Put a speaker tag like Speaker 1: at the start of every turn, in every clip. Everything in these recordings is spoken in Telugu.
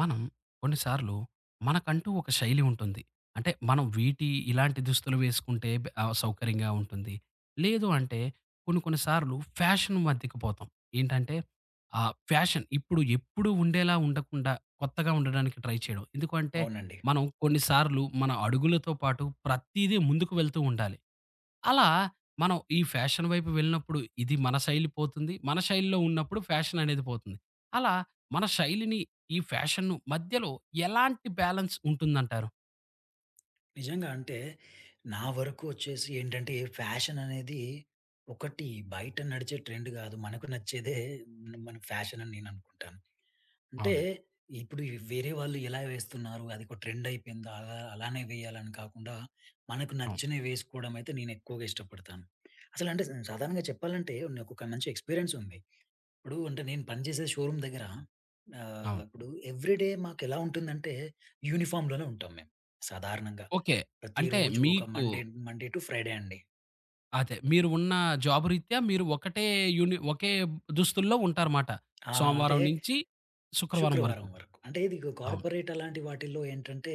Speaker 1: మనం కొన్నిసార్లు మనకంటూ ఒక శైలి ఉంటుంది. అంటే మనం వీటి ఇలాంటి దుస్తులు వేసుకుంటే సౌకర్యంగా ఉంటుంది. లేదు అంటే కొన్ని కొన్ని సార్లు ఫ్యాషన్ మధ్యకిపోతాం. ఏంటంటే ఫ్యాషన్ ఇప్పుడు ఎప్పుడూ ఉండేలా ఉండకుండా కొత్తగా ఉండడానికి ట్రై చేయడం. ఎందుకు అంటే
Speaker 2: అవునండి.
Speaker 1: మనం కొన్ని సార్లు మన అడుగులతో పాటు ప్రతీదీ ముందుకు వెళ్తూ ఉండాలి. అలా మనం ఈ ఫ్యాషన్ వైపు వెళ్ళినప్పుడు ఇది మన శైలి పోతుంది. మన శైలిలో ఉన్నప్పుడు ఫ్యాషన్ అనేది పోతుంది. అలా మన శైలిని, ఈ ఫ్యాషన్‌ను మధ్యలో ఎలాంటి బ్యాలన్స్ ఉంటుందంటారు?
Speaker 2: నిజంగా అంటే, నా వరకు వచ్చేసి ఏంటంటే, ఫ్యాషన్ అనేది ఒకటి బయట నడిచే ట్రెండ్ గాదు. మనకు నచ్చేదే మన ఫ్యాషన్ అని నేననుకుంటాను. అంటే,
Speaker 1: అవునండి.
Speaker 2: ఇప్పుడు ఈ వేరే వాళ్ళు ఎలా వేస్తున్నారు, అదొక ట్రెండ్ అయిపోయింది. అలానే వేయాలని కాకుండా, మనకు
Speaker 1: అవును.
Speaker 2: నచ్చినవి వేసుకోవడం అయితే నేనెక్కువగా ఇష్టపడతాను. అసలంటే సాధారణంగా చెప్పాలంటే, నాకొక మంచి ఎక్స్‌పీరియన్స్ ఉంది. ఇప్పుడు అంటే నేను పనిచేసే షోరూమ్ దగ్గర
Speaker 1: అవును.
Speaker 2: ఇప్పుడు ఎవ్రీడే మాకెలా ఉంటుందంటే యూనిఫార్మ్‌లోనే ఉంటాం మేము సాధారణంగా.
Speaker 1: ఓకే. అంటే
Speaker 2: ప్రతిరోజు ఒక
Speaker 1: మీకు
Speaker 2: మండే మండే టు ఫ్రైడే అండి.
Speaker 1: అదే మీరు ఉన్న జాబ్ రీత్యా మీరు ఒకటే ఒకే దుస్తుల్లో ఉంటారమాట.
Speaker 2: ఆ! అంటే
Speaker 1: సోమవారం నుంచి శుక్రవారం
Speaker 2: శుక్రవారం
Speaker 1: వరకు.
Speaker 2: వరకు. అంటే ఇది
Speaker 1: అవును.
Speaker 2: కార్పొరేట్ అలాంటి వాటిల్లో ఏంటంటే,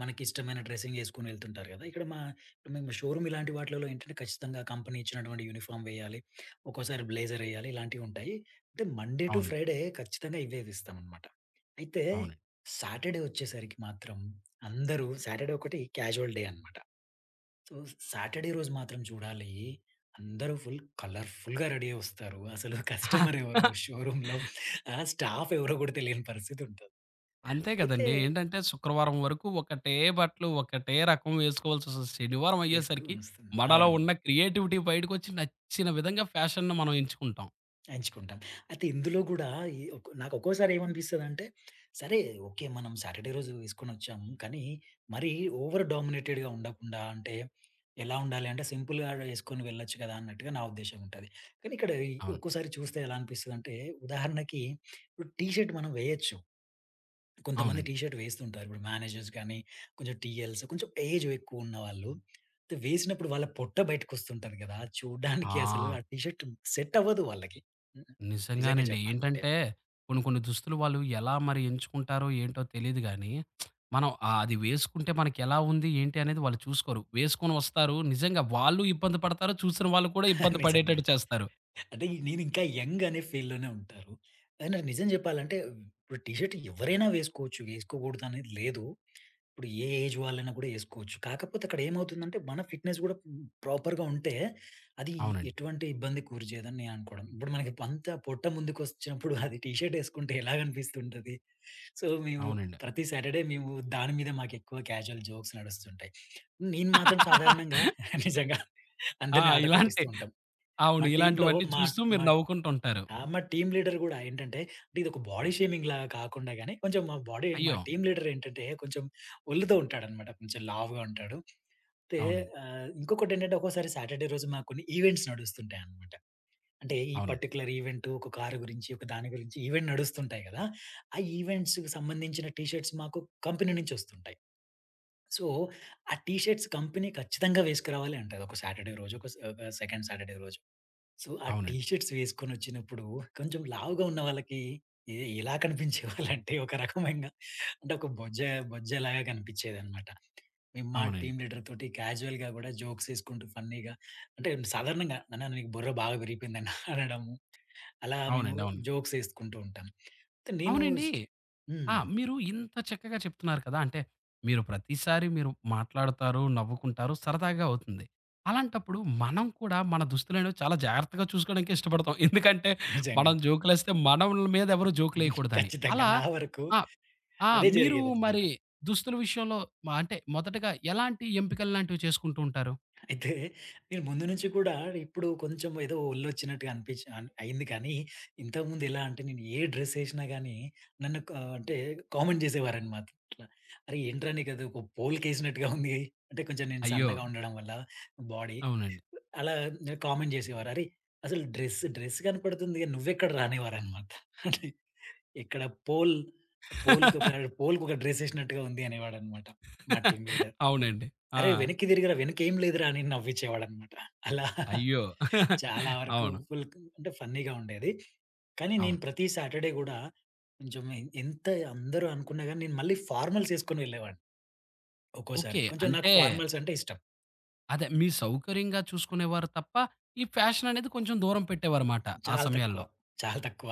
Speaker 2: మనకిష్టమైన డ్రెస్సింగ్ యేసుకొని వెళ్తుంటారు గదా! ఇక్కడ మా ఇప్పుడు మేము షోరూమ్ ఇలాంటి వాటిలలో ఏంటంటే, ఖచ్చితంగా కంపెనీ ఇచ్చినటువంటి యూనిఫార్మ్ వేయాలి. ఒక్కోసారి బ్లేజర్ ఎయ్యాలి. ఇలాంటివుంటాయి. అంటే మండే టు
Speaker 1: అవునండి.
Speaker 2: ఫ్రైడే ఖచ్చితంగా ఇవే వేస్తామనమాట. అయితే
Speaker 1: అవునండి.
Speaker 2: సాటర్‌డే వచ్చేసరికి మాత్రం అందరూ సాటర్‌డే ఒకటి క్యాజువల్ డే అనమాట. తోస్ సాటర్‌డే రోజు మాత్రం చూడాలి. అందరూ ఫుల్ కలర్‌ఫుల్‌గా రెడీ అయ్యి వస్తారు. అసలు కస్టమర్ ఎవరో షోరూమ్‌లో స్టాఫ్ ఎవరో కూడా తెలియని పరిస్థితుంటది.
Speaker 1: అంతే
Speaker 2: అయితే
Speaker 1: కదండీ. ఏంటంటే శుక్రవారం వరకు ఒకటే బట్టలు, ఒకటే రకం వేసుకోవాల్సొస్తది. శనివారం అయ్యేసరికి
Speaker 2: ఏసుకోనొస్తుంది.
Speaker 1: మనలో
Speaker 2: అవును.
Speaker 1: ఉన్న క్రియేటివిటీ బయటకొచ్చి నచ్చిన విధంగా ఫ్యాషన్‌ని మనం ఎంచుకుంటాం.
Speaker 2: ఎంచుకుంటాం. అయితే ఇందులో గూడా ఈ ఒక్ నాకు ఒక్కోసారి ఏమనిపిస్తదంటే, సరే ఓకే. మనం సాటర్‌డే రోజు వేసుకొనొచ్చాము. కానీ మరీ ఓవర్ డామినేటెడ్‌గా ఉండకుండా అంటే ఎలా ఉండాలి అంటే సింపుల్‌గా ఏసుకొని వెళ్ళొచ్చు గదా! అన్నట్టుగా నా ఉద్దేశ్యం ఉంటది. కానీ ఇక్కడ ఈ
Speaker 1: అవును.
Speaker 2: ఒక్కోసారి చూస్తే ఎలా అనిపిస్తదంటే ఉదాహరణకి ఇప్పుడు టీ షర్ట్ మనం వేయొచ్చు. కొంతమంది
Speaker 1: అవునండి.
Speaker 2: టీ షర్ట్ వేస్తుంటారు. ఇప్పుడు మేనేజర్స్ గాని, కొంచెం టీఎల్స్ కొంచెం ఏజ్ ఎక్కువున్న వాళ్ళు అయితే వేసినప్పుడు వాళ్ళ పొట్ట బయటకొస్తుంటది కదా! అది చూడ్డానికి అసలు
Speaker 1: ఆ!
Speaker 2: ఆ టీ షర్ట్ సెట్ అవ్వదు వాళ్ళకి. హ్మ్. నిజంగా
Speaker 1: నిజంగానండి.
Speaker 2: చెప్పాలంటే.
Speaker 1: ఏంటంటే కొన్ని కొన్ని దుస్తులు వాళ్ళు ఎలా మరి ఎంచుకుంటారో ఏంటో తెలీదు గానీ, మనం అది వేసుకుంటే మనకెలా ఉంది, ఏంటి అనేది వాళ్ళు చూసుకోరు. వేసుకొని వస్తారు. నిజంగా వాళ్ళు ఇబ్బంది పడతారు. చూసిన వాళ్ళు కూడా ఇబ్బంది
Speaker 2: నిజంగా.
Speaker 1: పడేటట్టు చేస్తారు.
Speaker 2: అంటే నేను ఇంకా యంగ్ అనే ఫీల్‌లోనే ఉంటారు. అయినా నిజం చెప్పాలంటే ఇప్పుడు టీ షర్ట్ ఎవరైనా వేసుకోవచ్చు. వేసుకోకూడదు అనేది లేదు. ఇప్పుడు ఏ ఏజ్ వాళ్ళైనా కూడా ఏసుకోవచ్చు. కాకపోతే అక్కడ ఏమవుతుందంటే, మన ఫిట్‌నెస్ గూడా ప్రాపర్‌గా ఉంటే, అది
Speaker 1: అవునండి.
Speaker 2: ఎటువంటి ఇబ్బంది కూరి చేయదని నేను అనుకోవడం. ఇప్పుడు మనకి అంత పొట్ట ముందుకొచ్చినప్పుడు అది టీ షర్ట్ ఏసుకుంటే ఎలాగనిపిస్తుంటది. సో, మేము
Speaker 1: అవునండి.
Speaker 2: ప్రతి సాటర్‌డే మేము దాని మీద మాకెక్కువ క్యాజువల్ జోక్స్ నడుస్తుంటాయి. నేను మాత్రం సాధారణంగా నిజంగా
Speaker 1: ఆ!
Speaker 2: అందరిని ఆట పట్టిస్తూ
Speaker 1: ఇలాంటి
Speaker 2: ఉంటాం. మా
Speaker 1: అవును.
Speaker 2: టీమ్‌లో
Speaker 1: ఇలాంటివన్నీ
Speaker 2: మా
Speaker 1: చూస్తూ మీరు
Speaker 2: మా
Speaker 1: నవ్వుకుంటుంటారు.
Speaker 2: ఆ! మా టీమ్ లీడర్ గూడా ఏంటంటే, అంటే ఇదొక బాడీ షేమింగ్ లాగా కాకుండా గాని, కొంచెం మా బాడీ మా
Speaker 1: అయ్యో!
Speaker 2: టీమ్ లీడర్ ఏంటంటే, కొంచెం ఒల్లితో ఉంటాడనమాట. కొంచెం లావుగా ఉంటాడు. అయితే
Speaker 1: అవునండి.
Speaker 2: ఇంకొకటేంటంటే ఒక్కోసారి సాటర్‌డే రోజు మాకు కొన్ని ఈవెంట్స్ నడుస్తుంటాయనమాట. అంటే ఈ
Speaker 1: అవునండి.
Speaker 2: పర్టిక్యులర్ ఈవెంట్ ఒక కారు గురించి, ఒక దాని గురించి ఈవెంట్ నడుస్తుంటాయి గదా! ఆ ఈవెంట్స్‌కి సంబంధించిన టీ షర్ట్స్ మాకు కంపెనీ నుంచి ఒస్తుంటాయి. సో, ఆ టీ షర్ట్స్ కంపెనీ ఖచ్చితంగా వేసుకురావాలి అంటది. ఒక సాటర్‌డే రోజు, ఒక సెకండ్ సాటర్‌డే రోజు. సో, ఆ టీ
Speaker 1: అవునండి.
Speaker 2: షర్ట్స్ వేసుకొనొచ్చినప్పుడు కొంచెం లావుగా ఉన్న వాళ్ళకి ఎలా కనిపించేవాళ్ళంటే ఒక రకమైన అంటే ఒక బొజ్జ బొజ్జలాగా కనిపించేదనమాట. మేము మా
Speaker 1: అవునండి.
Speaker 2: టీమ్ లీడర్ తోటి క్యాజువల్‌గా గూడా జోక్స్ ఏసుకుంటూ ఫన్నీగా అంటే సాధారణంగా "నాన్న నీకు బుర్ర బాగా పెరిగిపోయిందన్న" అనడము. అలా మేము
Speaker 1: అవునండి. అవును.
Speaker 2: జోక్స్ ఏసుకుంటూ ఉంటాం. అయితే నేను
Speaker 1: అవునండి. ఆ!
Speaker 2: హ్మ్.
Speaker 1: మీరు ఇంత చక్కగా చెప్తున్నారు కదా! అంటే మీరు ప్రతిసారి మీరు మాట్లాడతారు, నవ్వుకుంటారు, సరదాగా అవుతుంది. అలాంటప్పుడు మనం కూడా మన దుస్తులను చాలా జాగ్రత్తగా చూసుకోవడానికే ఇష్టపడతాం. ఎందుకంటే
Speaker 2: నిజంగా.
Speaker 1: మనం జోకులేస్తే మనల మీద ఎవరు జోకులేయకూడదని.
Speaker 2: ఖచ్చితంగా.
Speaker 1: అలా
Speaker 2: నా వరకు
Speaker 1: ఆ! ఆ!
Speaker 2: అదే
Speaker 1: మీరు
Speaker 2: జరిగేదనమాట.
Speaker 1: మరి దుస్తుల విషయంలో అంటే మొదటగా ఎలాంటి ఎంపికలు లాంటివి చేసుకుంటూ ఉంటారు?
Speaker 2: అయితే నేను ముందు నుంచి కూడా ఇప్పుడు కొంచెం ఏదో ఒళ్ళొచ్చినట్టుగా అనిపించి అయింది కానీ, ఇంతకుముందు ఎలా అంటే నేను ఏ డ్రెస్ ఏసినా గాని నన్ను క అంటే కామెంట్ చేసేవారనమాట. ఇట్లా, "అరే! ఏంట్రా నీకది ఒక పోల్‌కేసినట్టుగా ఉంది." అంటే కొంచెం నేను
Speaker 1: అయ్యో!
Speaker 2: సన్నగా ఉండడం వల్ల బాడీ.
Speaker 1: అవునండి.
Speaker 2: అలా కామెంట్ చేసేవారు. "అరేయ్! అసలు డ్రెస్ డ్రెస్ కనపడుతుంది. నువ్వెక్కడరా" అనేవారనమాట. అంటే ఎక్కడ పోల్ పోల్‌కొక పోల్‌కొక డ్రెస్ ఏసినట్టుగా ఉంది అనేవాడనమాట మా టీమ్ లీడర్.
Speaker 1: అవునండి.
Speaker 2: అరే!
Speaker 1: ఆ!
Speaker 2: వెనక్కి తిరిగిరా! వెనకేం లేదురా! అని నవ్వించేవాడనమాట. అలా
Speaker 1: అయ్యో!
Speaker 2: చాలా వరకు
Speaker 1: అవును.
Speaker 2: ఫుల్ అంటే ఫన్నీగా ఉండేది. కానీ నేను
Speaker 1: అవును.
Speaker 2: ప్రతి సాటర్‌డే గూడా కొంచెం ఎంత అందరూ అనుకున్నా గాని నేను మళ్ళీ ఫార్మల్స్ ఏసుకొని వెళ్ళేవాడిని ఒక్కోసారి.
Speaker 1: ఓకే.
Speaker 2: కొంచెం నాకు
Speaker 1: అంటే
Speaker 2: ఫార్మల్స్ అంటే ఇష్టం.
Speaker 1: అదే మీ సౌకర్యంగా చూసుకునేవారు తప్ప, ఈ ఫ్యాషన్ అనేది కొంచెం దూరం పెట్టేవారుమాట ఆ
Speaker 2: చాలా తక్కువ.
Speaker 1: సమయాల్లో.
Speaker 2: చాలా తక్కువ.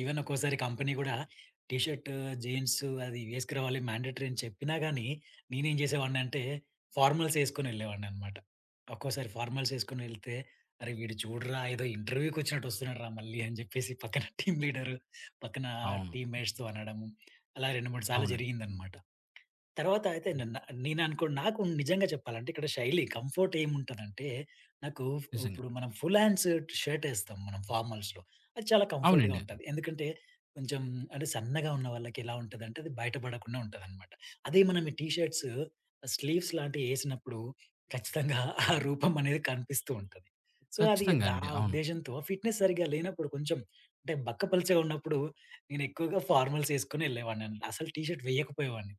Speaker 2: ఈవెన్ ఒక్కోసారి కంపెనీ గూడా టీ షర్ట్, జీన్స్ అది వేసుకురావాలి మ్యాండేటరీ అని చెప్పినా గాని, నేనేం చేసేవాడినంటే ఫార్మల్స్ ఎసుకొనెళ్ళేవాడిననమాట. ఒక్కోసారి ఫార్మల్స్ ఎసుకొనెళ్తే, "అరే! వీడు చూడరా ఏదో ఇంటర్వ్యూకొచ్చినట్టు వస్తున్నాడురా మళ్ళీ" అని చెప్పేసి పక్కన టీమ్ లీడరు, పక్కన
Speaker 1: అవును.
Speaker 2: టీమ్‌మేట్స్‌తో అనడము, అలా 2, 3 సార్లు
Speaker 1: అవునండి.
Speaker 2: జరిగిందనమాట. తర్వాత అయితే న
Speaker 1: ఓహ్!
Speaker 2: న నేననుకోండి నాకు నిజంగా చెప్పాలంటే ఇక్కడ శైలి కంఫర్ట్ ఏముంటదంటే, నాకు
Speaker 1: నిజంగా.
Speaker 2: ఇప్పుడు మనం ఫుల్ హ్యాండ్స్ షర్ట్ ఏస్తాం మనం ఫార్మల్స్‌లో. అది చాలా కంఫర్ట్‌గా
Speaker 1: అవునండి.
Speaker 2: ఉంటది. ఎందుకంటే కొంచెం అంటే సన్నగా ఉన్న వాళ్ళకి ఎలా ఉంటదంటే అది బయటపడకుండా ఉంటదనమాట. అదే మనం ఈ టీ షర్ట్స్ స్లీవ్స్ లాంటివి ఏసినప్పుడు ఖచ్చితంగా ఆ రూపం అనేది కనిపిస్తూ ఉంటది. సో, అది
Speaker 1: ఖచ్చితంగానండి. అవును.
Speaker 2: ఉద్దేశ్యంతో ఫిట్‌నెస్ సరిగ్గా లేనప్పుడు కొంచెం అంటే బక్కపల్చగా ఉన్నప్పుడు నేను ఎక్కువగా ఫార్మల్స్ ఏసుకొని ఎళ్ళేవాడిని. అసలు టీ షర్ట్ వేయకపోయేవాడిని.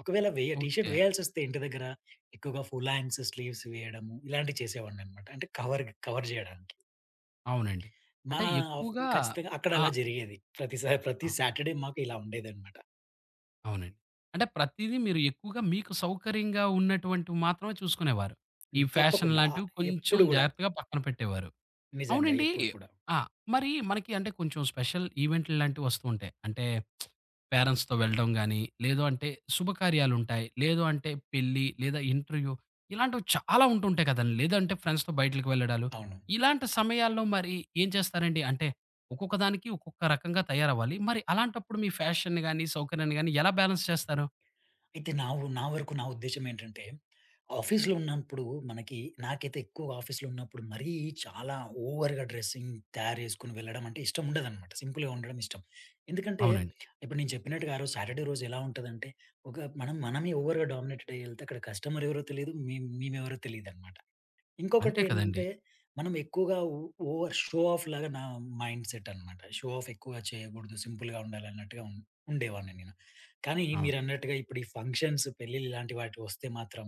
Speaker 2: ఒకవేళ టీ షర్ట్
Speaker 1: ఓకే.
Speaker 2: వేయాల్సొస్తే ఇంటి దగ్గర ఎక్కువగా ఫుల్ హ్యాండ్స్, స్లీవ్స్ వేయడము ఇలాంటివి చేసేవాడిననమాట. అంటే కవర్ కవర్ జేయడానికి.
Speaker 1: అవునండి.
Speaker 2: మా
Speaker 1: అంటే
Speaker 2: ఆఫ్
Speaker 1: ఎక్కువగా
Speaker 2: ఖచ్చితంగా అక్కడ
Speaker 1: ఆ!
Speaker 2: అలా జరిగేది. ప్రతిసారి ప్రతి
Speaker 1: ఆ!
Speaker 2: సాటర్‌డే మాకు ఇలా ఉండేదనమాట.
Speaker 1: అవునండి. అంటే ప్రతీదీ మీరు ఎక్కువగా మీకు సౌకర్యంగా ఉన్నటువంటివి మాత్రమే చూసుకునేవారు. ఈ
Speaker 2: హ్మ్.
Speaker 1: ఫ్యాషన్
Speaker 2: తప్పకుండా.
Speaker 1: లాంటివి కొంచెం
Speaker 2: ఎప్పుడు గూడా
Speaker 1: జాగ్రత్తగా పక్కన పెట్టేవారు.
Speaker 2: నిజంగా
Speaker 1: అవునండి.
Speaker 2: ఎప్పుడు గూడా.
Speaker 1: ఆ! మరి మనకి అంటే కొంచెం స్పెషల్ ఈవెంట్లు లాంటివి వస్తూ ఉంటాయి. అంటే పేరెంట్స్‌తో వెళ్ళడం గాని, లేదు అంటే శుభకార్యాలుంటాయి. లేదు అంటే పెళ్లి లేదా ఇంటర్వ్యూ ఇలాంటివి చాలా ఉంటుంటాయి కదండీ. లేదంటే ఫ్రెండ్స్‌తో బయటలకి వెళ్ళడాలు.
Speaker 2: అవును.
Speaker 1: ఇలాంటి సమయాల్లో మరి ఏం చేస్తారండి? అంటే ఒక్కొక్క దానికి ఒక్కొక్క రకంగా తయారవ్వాలి. మరి అలాంటప్పుడు మీ ఫ్యాషన్‌ని గాని, సౌకర్యాన్ని గాని ఎలా బ్యాలెన్స్ చేస్తారు?
Speaker 2: అయితే నా వరకు నా ఉద్దేశ్యం ఏంటంటే, ఆఫీస్‌లో ఉన్నప్పుడు మనకి నాకైతే ఎక్కువగా ఆఫీస్‌లో ఉన్నప్పుడు మరీ చాలా ఓవర్‌గా డ్రెసింగ్ తయారేసుకొని వెళ్ళడం అంటే ఇష్టం ఉండదనమాట. సింపుల్‌గా ఉండడం ఇష్టం. ఎందుకంటే
Speaker 1: అవునండి.
Speaker 2: ఇప్పుడు నేను చెప్పినట్టుగా ఆరోజు సాటర్‌డే రోజు ఎలా ఉంటదంటే, ఒక మనం మనమే ఓవర్‌గా డామినేటెడ్ అయ్యి ఎళ్తే అక్కడ కస్టమర్ ఎవరో తెలీదు. మేం మేమెవరో తెలీదనమాట.
Speaker 1: అంతే
Speaker 2: ఇంకొకటేంటంటే,
Speaker 1: కదండీ!
Speaker 2: మనం ఎక్కువగా ఓవర్ షో ఆఫ్ లాగా నా మైండ్ సెట్ అన్నమాట. షో ఆఫ్ ఎక్కువగా చేయకూడదు, సింపుల్‌గా ఉండాలన్నట్టుగా ఉండేవాడిని నేను. కానీ
Speaker 1: అవును.
Speaker 2: మీరన్నట్టుగా ఇప్పుడు ఈ ఫంక్షన్స్, పెళ్ళిళ్ళు ఇలాంటి వాటికొస్తే మాత్రం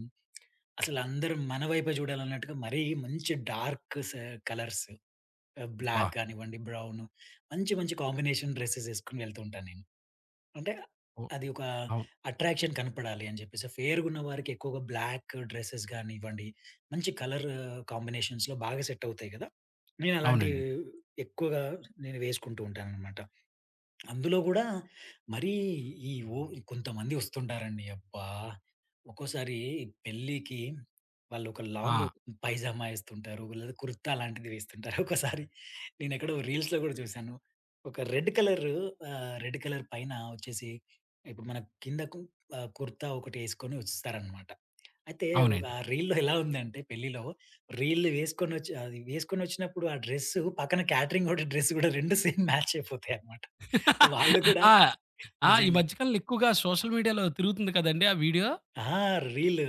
Speaker 2: అసలందరూ మన వైపే చూడాలన్నట్టుగా మరీ మంచి డార్క్ స కలర్స్
Speaker 1: అబ్బా!
Speaker 2: బ్లాక్ కానివ్వండి, బ్రౌను మంచి మంచి కాంబినేషన్ డ్రెసెస్ యేసుకొని వెళ్తూ ఉంటాను నేను. అంటే
Speaker 1: ఓహ్!
Speaker 2: అది ఒక
Speaker 1: అవును.
Speaker 2: అట్రాక్షన్ కనపడాలి అని చెప్పేసి. ఫెయిర్‌గున్న వారికి ఎక్కువగా బ్లాక్ డ్రెసెస్ గానివ్వండి, మంచి కలర్ కాంబినేషన్స్‌లో బాగా సెట్ అవుతాయి గదా! నేను అలాంటివి
Speaker 1: అవునండి.
Speaker 2: ఎక్కువగా నేను వేసుకుంటూ ఉంటాననమాట. అందులో గూడా మరీ ఈ ఓ కొంతమంది వస్తుంటారండి. అబ్బా! ఒక్కోసారి పెళ్ళికి వాళ్ళు ఒక
Speaker 1: ఆ!
Speaker 2: లాంగ్ పైజామా ఏస్తుంటారు. లేదా కుర్తా లాంటిది వేస్తుంటారు. ఒక్కోసారి నేనెక్కడో రీల్స్‌లో గూడా చూశాను. ఒక రెడ్ కలర్ రెడ్ కలర్ పైన వచ్చేసి ఇప్పుడు మన కింద కు కుర్తా ఒకటి ఏసుకొని వస్తారనమాట. అయితే ఒక
Speaker 1: అవునండి.
Speaker 2: రీల్‌లో ఎలా ఉందంటే పెళ్ళిలో రీల్లు వేసుకొనొచ్చి అది వేసుకొనొచ్చినప్పుడు ఆ డ్రెస్సు పక్కన క్యాటరింగ్ ఒకటి డ్రెస్ గూడా 2 సేమ్ మ్యాచ్ అయిపోతాయన్నమాట. వాళ్ళు గూడా
Speaker 1: ఆ! ఆ! ఈ
Speaker 2: నిజంగా
Speaker 1: మధ్య కాలంలో ఎక్కువగా సోషల్ మీడియాలో తిరుగుతుంది కదండీ ఆ వీడియో.
Speaker 2: ఆ! రీల్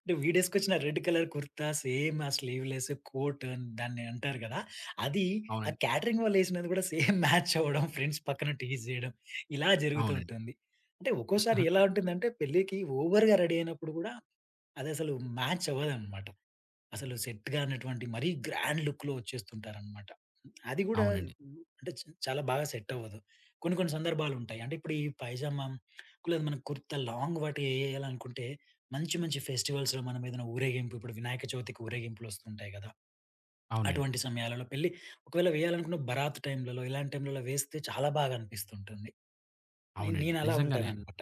Speaker 2: అంటే వీడేసుకొచ్చిన రెడ్ కలర్ కుర్తా సేమ్ ఆ స్లీవ్‌లెస్ కోట్ దాన్ని అంటారు గదా! అది ఆ
Speaker 1: అవునండి.
Speaker 2: క్యాటరింగ్ వాళ్ళేసినది గూడా సేమ్ మ్యాచ్ అవ్వడం ఫ్రెండ్స్ పక్కన టీజ్ జేయడం ఇలా జరుగుతూ
Speaker 1: అవునండి.
Speaker 2: ఉంటుంది. అంటే ఒక్కోసారి
Speaker 1: ఆహా!
Speaker 2: ఎలా ఉంటుందంటే పెళ్ళికి ఓవర్‌గా రెడీ అయినప్పుడు గూడా అదసలు మ్యాచ్ అవ్వదన్నమాట. అసలు సెట్ గానటువంటి మరీ గ్రాండ్ లుక్‌లో వచ్చేస్తుంటారనమాట. అది గూడా
Speaker 1: అవునండి.
Speaker 2: అంటే చాలా బాగా సెట్ అవ్వదు. కొన్ని కొన్ని సందర్భాలుంటాయి. అంటే ఇప్పుడు ఈ పైజామా లేదు మనం కుర్తా లాంగ్ వాటి ఎయ్యాలనుకుంటే మంచి మంచి ఫెస్టివల్స్‌లో మనం ఏదైనా ఊరేగింపు ఇప్పుడు వినాయక చవితికి ఊరేగింపులొస్తుంటాయి గదా!
Speaker 1: అవునండి.
Speaker 2: అటువంటి సమయాలలో పెళ్లి ఒకవేళ వేయాలనుకున్న బరాత్ టైంలలో ఇలాంటి టైంలలో వేస్తే చాలా బాగా అనిపిస్తుంటుంది. నేను
Speaker 1: అవునండి.
Speaker 2: నేను అలా
Speaker 1: నిజంగానే.
Speaker 2: ఉంటాననమాట.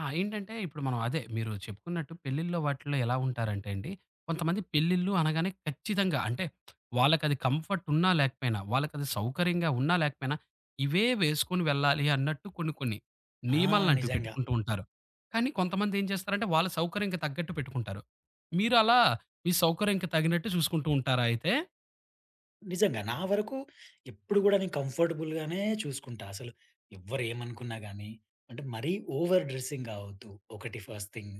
Speaker 1: ఆ! ఏంటంటే ఇప్పుడు మనం అదే మీరు చెప్పుకున్నట్టు పెళ్ళిల్లో వాటిల్లో ఎలా ఉంటారంటే అండి, కొంతమంది పెళ్ళిళ్ళు అనగానే ఖచ్చితంగా అంటే వాళ్ళకది కంఫర్ట్ ఉన్నా లేకపోయినా, వాళ్ళకది సౌకర్యంగా ఉన్నా లేకపోయినా, ఇవే వేసుకొని వెళ్ళాలి అన్నట్టు కొన్ని కొన్ని
Speaker 2: ఆ!
Speaker 1: నియమాలలాంటివి
Speaker 2: నిజంగా.
Speaker 1: పెట్టుకుంటూ ఉంటారు. కానీ కొంతమంది ఏం చేస్తారంటే వాళ్ళ సౌకర్యంకి తగ్గట్టు పెట్టుకుంటారు. మీరు అలా మీ సౌకర్యంకి తగినట్టు చూసుకుంటూ ఉంటారా అయితే?
Speaker 2: నిజంగా. నా వరకు ఎప్పుడు గూడా నేను కంఫర్టబుల్‌గానే చూసుకుంటా. అసలు ఎవ్వరేమనుకున్నా గానీ, అంటే మరీ ఓవర్ డ్రెస్సింగ్ గావొద్దు. ఒకటి ఫస్ట్ థింగ్.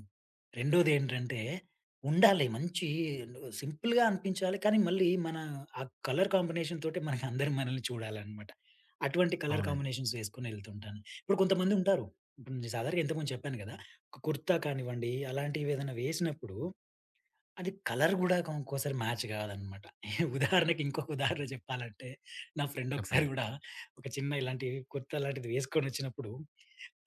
Speaker 2: రెండోదేంటంటే, ఉండాలి మంచి సింపుల్‌గా అనిపించాలి. కానీ మళ్ళీ మన ఆ కలర్ కాంబినేషన్ తోటే మనకి అందరూ మనల్ని చూడాలనమాట. అటువంటి కలర్
Speaker 1: అవునండి.
Speaker 2: కాంబినేషన్స్ వేసుకొని ఎళ్తుంటాను. ఇప్పుడు కొంతమందుంటారు. ఇప్పుడు నేను సాధారణంగా ఇంతకుముందు చెప్పాను గదా! ఒక కుర్తా కానివ్వండి, అలాంటివేదైనా వేసినప్పుడు అది కలర్ గూడా ఒక్కోసారి మ్యాచ్ గాదనమాట. ఉదాహరణకి ఇంకొక ఉదాహరణ జెప్పాలంటే, నా ఫ్రెండ్ ఒకసారి
Speaker 1: చెప్పండి.
Speaker 2: గూడా ఒక చిన్న ఇలాంటి కుర్తా లాంటిది వేసుకొనొచ్చినప్పుడు,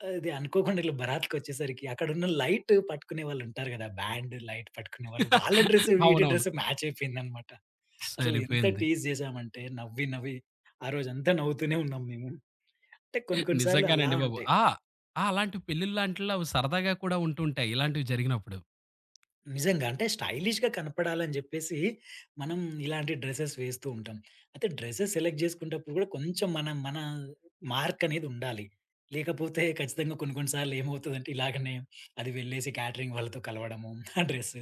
Speaker 2: ఇది అనుకోకుండా ఇట్లా బరాత్‌కొచ్చేసరికి అక్కడున్న లైట్ పట్టుకునే వాళ్ళుంటారు గదా! బ్యాండ్, లైట్ పట్టుకునే వాళ్ళు. వాళ్ళ డ్రెస్ వీడి
Speaker 1: అవునవును.
Speaker 2: డ్రెస్ మ్యాచ్ అయిపోయిందనమాట. అసలు ఎంత
Speaker 1: సరిపోయింది.
Speaker 2: టీజ్ జేసామంటే నవ్వి, నవ్వి ఆ రోజంతా నవ్వుతూనే ఉన్నాం మేము. అంటే కొన్ని కొన్ని సార్లు అలా
Speaker 1: నిజంగానండి బాబు.
Speaker 2: ఉంటాయి.
Speaker 1: ఆ! ఆ! అలాంటి పెళ్ళిళ్ళాంటిల్లో అవి సరదాగా కూడా ఉంటుంటాయి. ఇలాంటివి జరిగినప్పుడు.
Speaker 2: నిజంగా. అంటే స్టైలిష్‌గా కనపడాలని జెప్పేసి, మనం ఇలాంటి డ్రెసెస్ వేస్తూ ఉంటాం. అయితే డ్రెసెస్ సెలెక్ట్ జేసుకునేటప్పుడు గూడా కొంచెం మన మన మార్క్ అనేది ఉండాలి. లేకపోతే ఖచ్చితంగా కొన్ని కొన్ని సార్లు ఏమవుతదంటే ఇలాగనే అది వెళ్ళేసి క్యాటరింగ్ వాళ్ళతో కలవడము ఆ డ్రెస్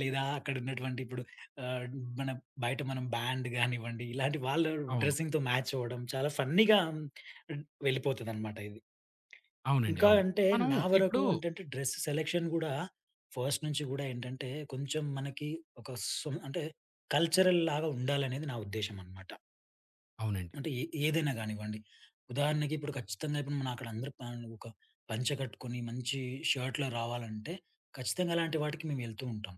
Speaker 2: లేదా అక్కడ ఉన్నటువంటి ఇప్పుడు ఆహ్, మన బయట మనం బ్యాండ్ గానివ్వండి, ఇలాంటి వాళ్ళ
Speaker 1: అవును.
Speaker 2: డ్రెసింగ్‌తో మ్యాచ్ అవ్వడం చాలా ఫన్నీగా వెళ్ళిపోతదనమాట ఇది.
Speaker 1: అవునండి.
Speaker 2: ఇంకా
Speaker 1: అవును.
Speaker 2: అంటే
Speaker 1: మనం
Speaker 2: నా వరకు
Speaker 1: ఇప్పుడు
Speaker 2: ఏంటంటే డ్రెస్ సెలక్షన్ గూడా ఫస్ట్ నుంచి గూడా ఏంటంటే కొంచెం మనకి ఒక అంటే కల్చరల్ లాగా ఉండాలనేది నా ఉద్దేశ్యం అనమాట.
Speaker 1: అవునండి.
Speaker 2: అంటే ఏదైనా గానివ్వండి. ఉదాహరణకి ఇప్పుడు ఖచ్చితంగా ఇప్పుడు మనం అక్కడ అందరూ ఒక పంచె కట్టుకొని మంచి షర్ట్‌లో రావాలంటే ఖచ్చితంగా అలాంటి వాటికి మేము వెళ్తూ ఉంటాం.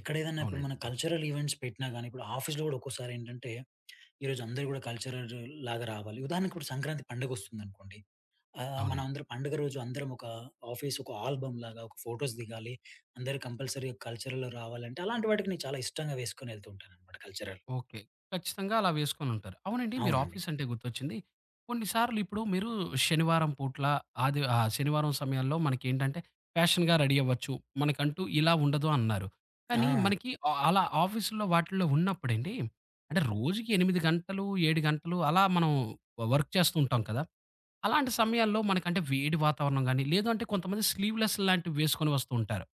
Speaker 2: ఎక్కడ ఏదైనా ఇప్పుడు
Speaker 1: అవునండి.
Speaker 2: మన కల్చరల్ ఈవెంట్స్ పెట్టినా గాని ఇప్పుడు ఆఫీస్‌లో గూడా ఒక్కోసారి ఏంటంటే ఈరోజు అందరూ గూడా కల్చరల్ లాగా రావాలి. ఉదాహరణకి ఇప్పుడు సంక్రాంతి పండుగొస్తుందనుకోండి.
Speaker 1: అవునండి.
Speaker 2: మనందరం పండుగ రోజు అందరం ఆఫీస్ ఒక ఆల్బమ్ లాగా ఒక ఫోటోస్ దిగాలి. అందరూ కంపల్సరీ కల్చరల్‌లో రావాలంటే అలాంటి వాటికి నేను చాలా ఇష్టంగా వేసుకొని ఎళ్తూ ఉంటానన్నమాట కల్చరల్.
Speaker 1: ఓకే. ఖచ్చితంగా అలా వేసుకొనుంటారు. అవునండి మీరు
Speaker 2: అవునండి.
Speaker 1: ఆఫీస్ అంటే గుర్తొచ్చింది. కొన్ని సార్లు ఇప్పుడు మీరు శనివారం పూట్ల ఆది శనివారం సమయాల్లో మనకేంటంటే ఫ్యాషన్‌గా రెడీ అవ్వచ్చు. మనకంటూ ఇలా ఉండదు అన్నారు. కానీ
Speaker 2: ఆ!
Speaker 1: మనకి అలా ఆఫీసుల్లో వాటిల్లో ఉన్నప్పుడండి అంటే రోజుకి 8 గంటలు, 7 గంటలు అలా మనం వర్క్ చేస్తూ ఉంటాం కదా! అలాంటి సమయాల్లో మనకంటే వేడి వాతావరణం గాని, లేదు అంటే కొంతమంది స్లీవ్‌లెస్ లాంటివి వేసుకొని వస్తూ ఉంటారు.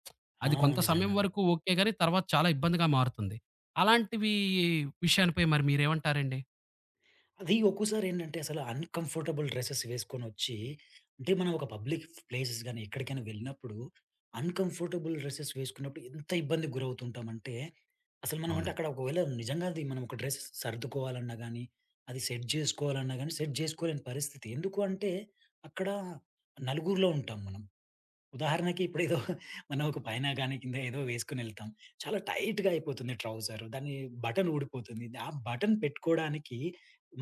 Speaker 2: ఆ!
Speaker 1: అది కొంత సమయం
Speaker 2: నిజంగా.
Speaker 1: వరకు ఓకే గాని, తర్వాత చాలా ఇబ్బందిగా మారుతుంది. అలాంటివి విషయానిపై మరి మీరేమంటారండి?
Speaker 2: అది ఒక్కోసారి ఏంటంటే అసలు అన్‌కంఫర్టబుల్ డ్రెసెస్ వేసుకొనొచ్చి, అంటే మనం ఒక పబ్లిక్ ప్లేసెస్ గాని, ఎక్కడికైనా వెళ్ళినప్పుడు అన్‌కంఫర్టబుల్ డ్రెసెస్ వేసుకున్నప్పుడు ఎంత ఇబ్బందికి గురవుతుంటామంటే, అసలు మనం అంటే
Speaker 1: అవునండి.
Speaker 2: అక్కడ ఒకవేళ నిజంగా అది మనం ఒక డ్రెస్ సర్దుకోవాలన్నా గాని, అది సెట్ జేసుకోవాలన్నా గాని, సెట్ జేసుకోలేని పరిస్థితి. ఎందుకు అంటే అక్కడ నలుగురిలో ఉంటాం మనం. ఉదాహరణకి ఇప్పుడేదో మనం ఒక పైన గాని, కింద ఏదో వేసుకొనెళ్తాం. చాలా టైట్‌గా అయిపోతుంది ట్రౌజర్. దాని బటన్ ఊడిపోతుంది. ఆ బటన్ పెట్టుకోవడానికి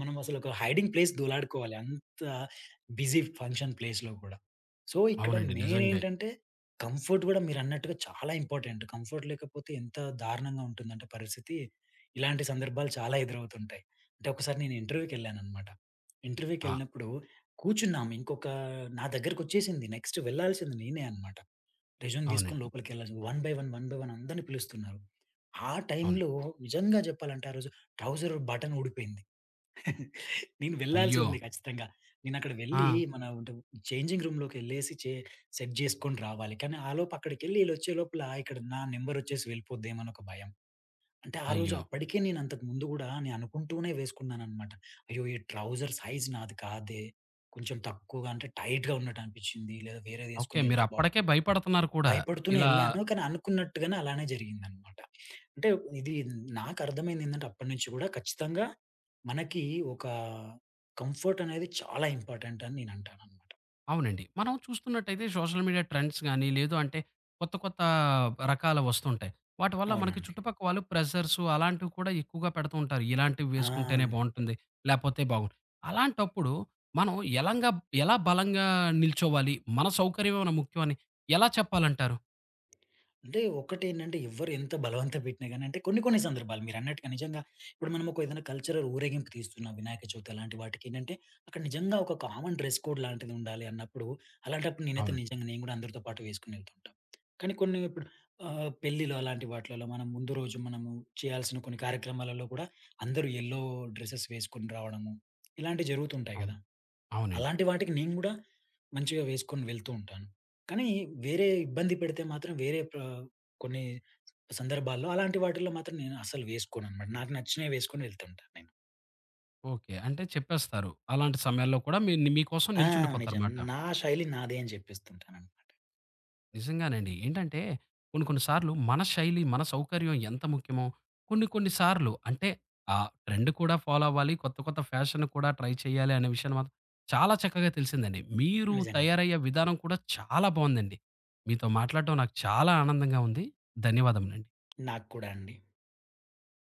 Speaker 2: మనం అసలొక హైడింగ్ ప్లేస్ దోలాడుకోవాలి. అంత బిజీ ఫంక్షన్ ప్లేస్‌లో గూడా. సో, ఇక్కడ
Speaker 1: అవునండి.
Speaker 2: మెయిన్
Speaker 1: నిజంగే.
Speaker 2: ఏంటంటే, కంఫర్ట్ గూడా మీరన్నట్టుగా చాలా ఇంపార్టెంట్. కంఫర్ట్ లేకపోతే ఎంత దారుణంగా ఉంటుందంటే పరిస్థితి, ఇలాంటి సందర్భాలు చాలా ఎదురవుతుంటాయి. అంటే ఒకసారి నేను ఇంటర్వ్యూకెళ్ళాననమాట.
Speaker 1: ఆ!
Speaker 2: ఇంటర్వ్యూకెళ్ళినప్పుడు కూర్చున్నాము. ఇంకొక నా దగ్గరకొచ్చేసింది. నెక్స్ట్ వెళ్ళాల్సింది నేనే అనమాట. రెస్యూమ్
Speaker 1: అవునండి.
Speaker 2: తీసుకొని లోపలికెళ్ళాల్సింది. వన్ బై వన్ అందరిని పిలుస్తున్నారు. ఆ
Speaker 1: అవును.
Speaker 2: టైంలో నిజంగా జెప్పాలంటే ఆ రోజు ట్రౌజర్ బటన్ ఊడిపోయింది. నేను వెళ్ళాల్సి
Speaker 1: అయ్యో!
Speaker 2: ఉంది ఖచ్చితంగా. నేనక్కడ వెళ్ళి
Speaker 1: ఆ!
Speaker 2: మన ఉంటే చేంజింగ్ రూమ్‌లోకెళ్ళేసి సెట్ చేసుకొని రావాలి. కానీ ఆలోపు అక్కడికెళ్ళి ఈళ్ళొచ్చే లోపల ఇక్కడ నా నంబరొచ్చేసి వెళ్ళిపోద్దేమో అని ఒక భయం. అంటే ఆ రోజు
Speaker 1: అయ్యో!
Speaker 2: అప్పటికే నేను అంతకు ముందు గూడా నేను అనుకుంటూనే వేసుకున్నాననమాట. అయ్యో! ఈ ట్రౌజర్ సైజ్ నాది కాదే. కొంచెం తక్కువగా అంటే టైట్‌గా ఉన్నట్టు అనిపిచ్చింది. లేదా
Speaker 1: ఓకే.
Speaker 2: వేరేదేసుకొని ఎళ్తే బాగు
Speaker 1: మీరప్పటికే భయపడుతున్నారు కూడా.
Speaker 2: భయపడుతూనే
Speaker 1: ఇలా
Speaker 2: ఎళ్ళాను. కానీ అనుకున్నట్టుగానే అలానే జరిగిందనమాట. అంటే ఇది నాకు అర్థమైందేంటంటే అప్పటి నుంచి గూడా ఖచ్చితంగా మనకి ఒక కంఫర్ట్ అనేది చాలా ఇంపార్టెంట్ అని నేను అంటాననమాట.
Speaker 1: అవునండి. మనం చూస్తున్నట్టయితే సోషల్ మీడియా ట్రెండ్స్ గాని, లేదు అంటే కొత్త కొత్త రకాల వస్తుంటాయి. వాటి వల్ల మనకి
Speaker 2: అవునండి.
Speaker 1: చుట్టుపక్క వాళ్ళు ప్రెషర్స్ అలాంటివి కూడా ఎక్కువగా పెడుతూ ఉంటారు. ఇలాంటివి
Speaker 2: ఆ!
Speaker 1: వేసుకుంటేనే బావుంటుంది. లేపోతే బాగోదు. అలాంటప్పుడు మనం ఎలంగా ఎలా బలంగా నిల్చోవాలి? మన సౌకర్యం ఏమైనా ముఖ్యమని ఎలా చెప్పాలంటారు?
Speaker 2: అంటే ఒకటేంటంటే ఎవ్వరు ఎంత బలవంత పెట్టినా గాని అంటే కొన్ని కొన్ని సందర్భాలు మీరన్నట్టుగా నిజంగా ఇప్పుడు మనం ఒక ఏదైనా కల్చరల్ ఊరేగింపు తీస్తున్నాం వినాయక చవితి అలాంటి వాటికి ఏంటంటే అక్కడ నిజంగా ఒక కామన్ డ్రెస్ కోడ్ లాంటిది ఉండాలి అన్నప్పుడు అలాంటప్పుడు నేనైతే
Speaker 1: అవునండి.
Speaker 2: నిజంగా నేను కూడా అందరితో పాటు వేసుకుని వెళ్తుంటాం. కానీ కొన్ని ఇప్పుడు పెళ్ళిలో అలాంటి వాటిలలో మనం ముందు రోజు మనము చేయాల్సిన కొన్ని కార్యక్రమాలలో కూడా అందరూ యెల్లో డ్రెసెస్ వేసుకొని రావడము ఇలాంటివి జరుగుతుంటాయి కదా!
Speaker 1: అవును. అవునండి.
Speaker 2: అలాంటి వాటికి నేను గూడా మంచిగా వేసుకొని వెళ్తూ ఉంటాను. కానీ వేరే ఇబ్బంది పెడితే మాత్రం వేరే ప్ర కొన్ని సందర్భాల్లో అలాంటి వాటిల్లో మాత్రం నేను అస్సలు వేసుకోననమాట. నాకు నచ్చినవి వేసుకొని వెళ్తుంటాను నేను.
Speaker 1: ఓకే. అంటే చెప్పేస్తారు. అలాంటి సమయాల్లో కూడా మీకోసం
Speaker 2: ఆ! నిజం.
Speaker 1: నిల్చుండిపోతారుమాట.
Speaker 2: నా శైలి నాదే అని చెప్పేస్తుంటాననమాట.
Speaker 1: నిజంగానండి. ఏంటంటే కొన్ని కొన్ని సార్లు మన శైలి, మన సౌకర్యం ఎంత ముఖ్యమో కొన్ని కొన్ని సార్లు అంటే ఆ ట్రెండ్ కూడా ఫాలో అవ్వాలి. కొత్త కొత్త ఫ్యాషన్ కూడా ట్రై చేయాలి అనే విషయాన్ని మాత్రం చాలా చక్కగా తెలిసిందండి. మీరు
Speaker 2: నిజంగా.
Speaker 1: తయారయ్యే విధానం కూడా చాలా బావుందండి. మీతో మాట్లాడడం నాకు చాలా ఆనందంగా ఉంది. ధన్యవాదములండి.
Speaker 2: నాకు కూడా అండి.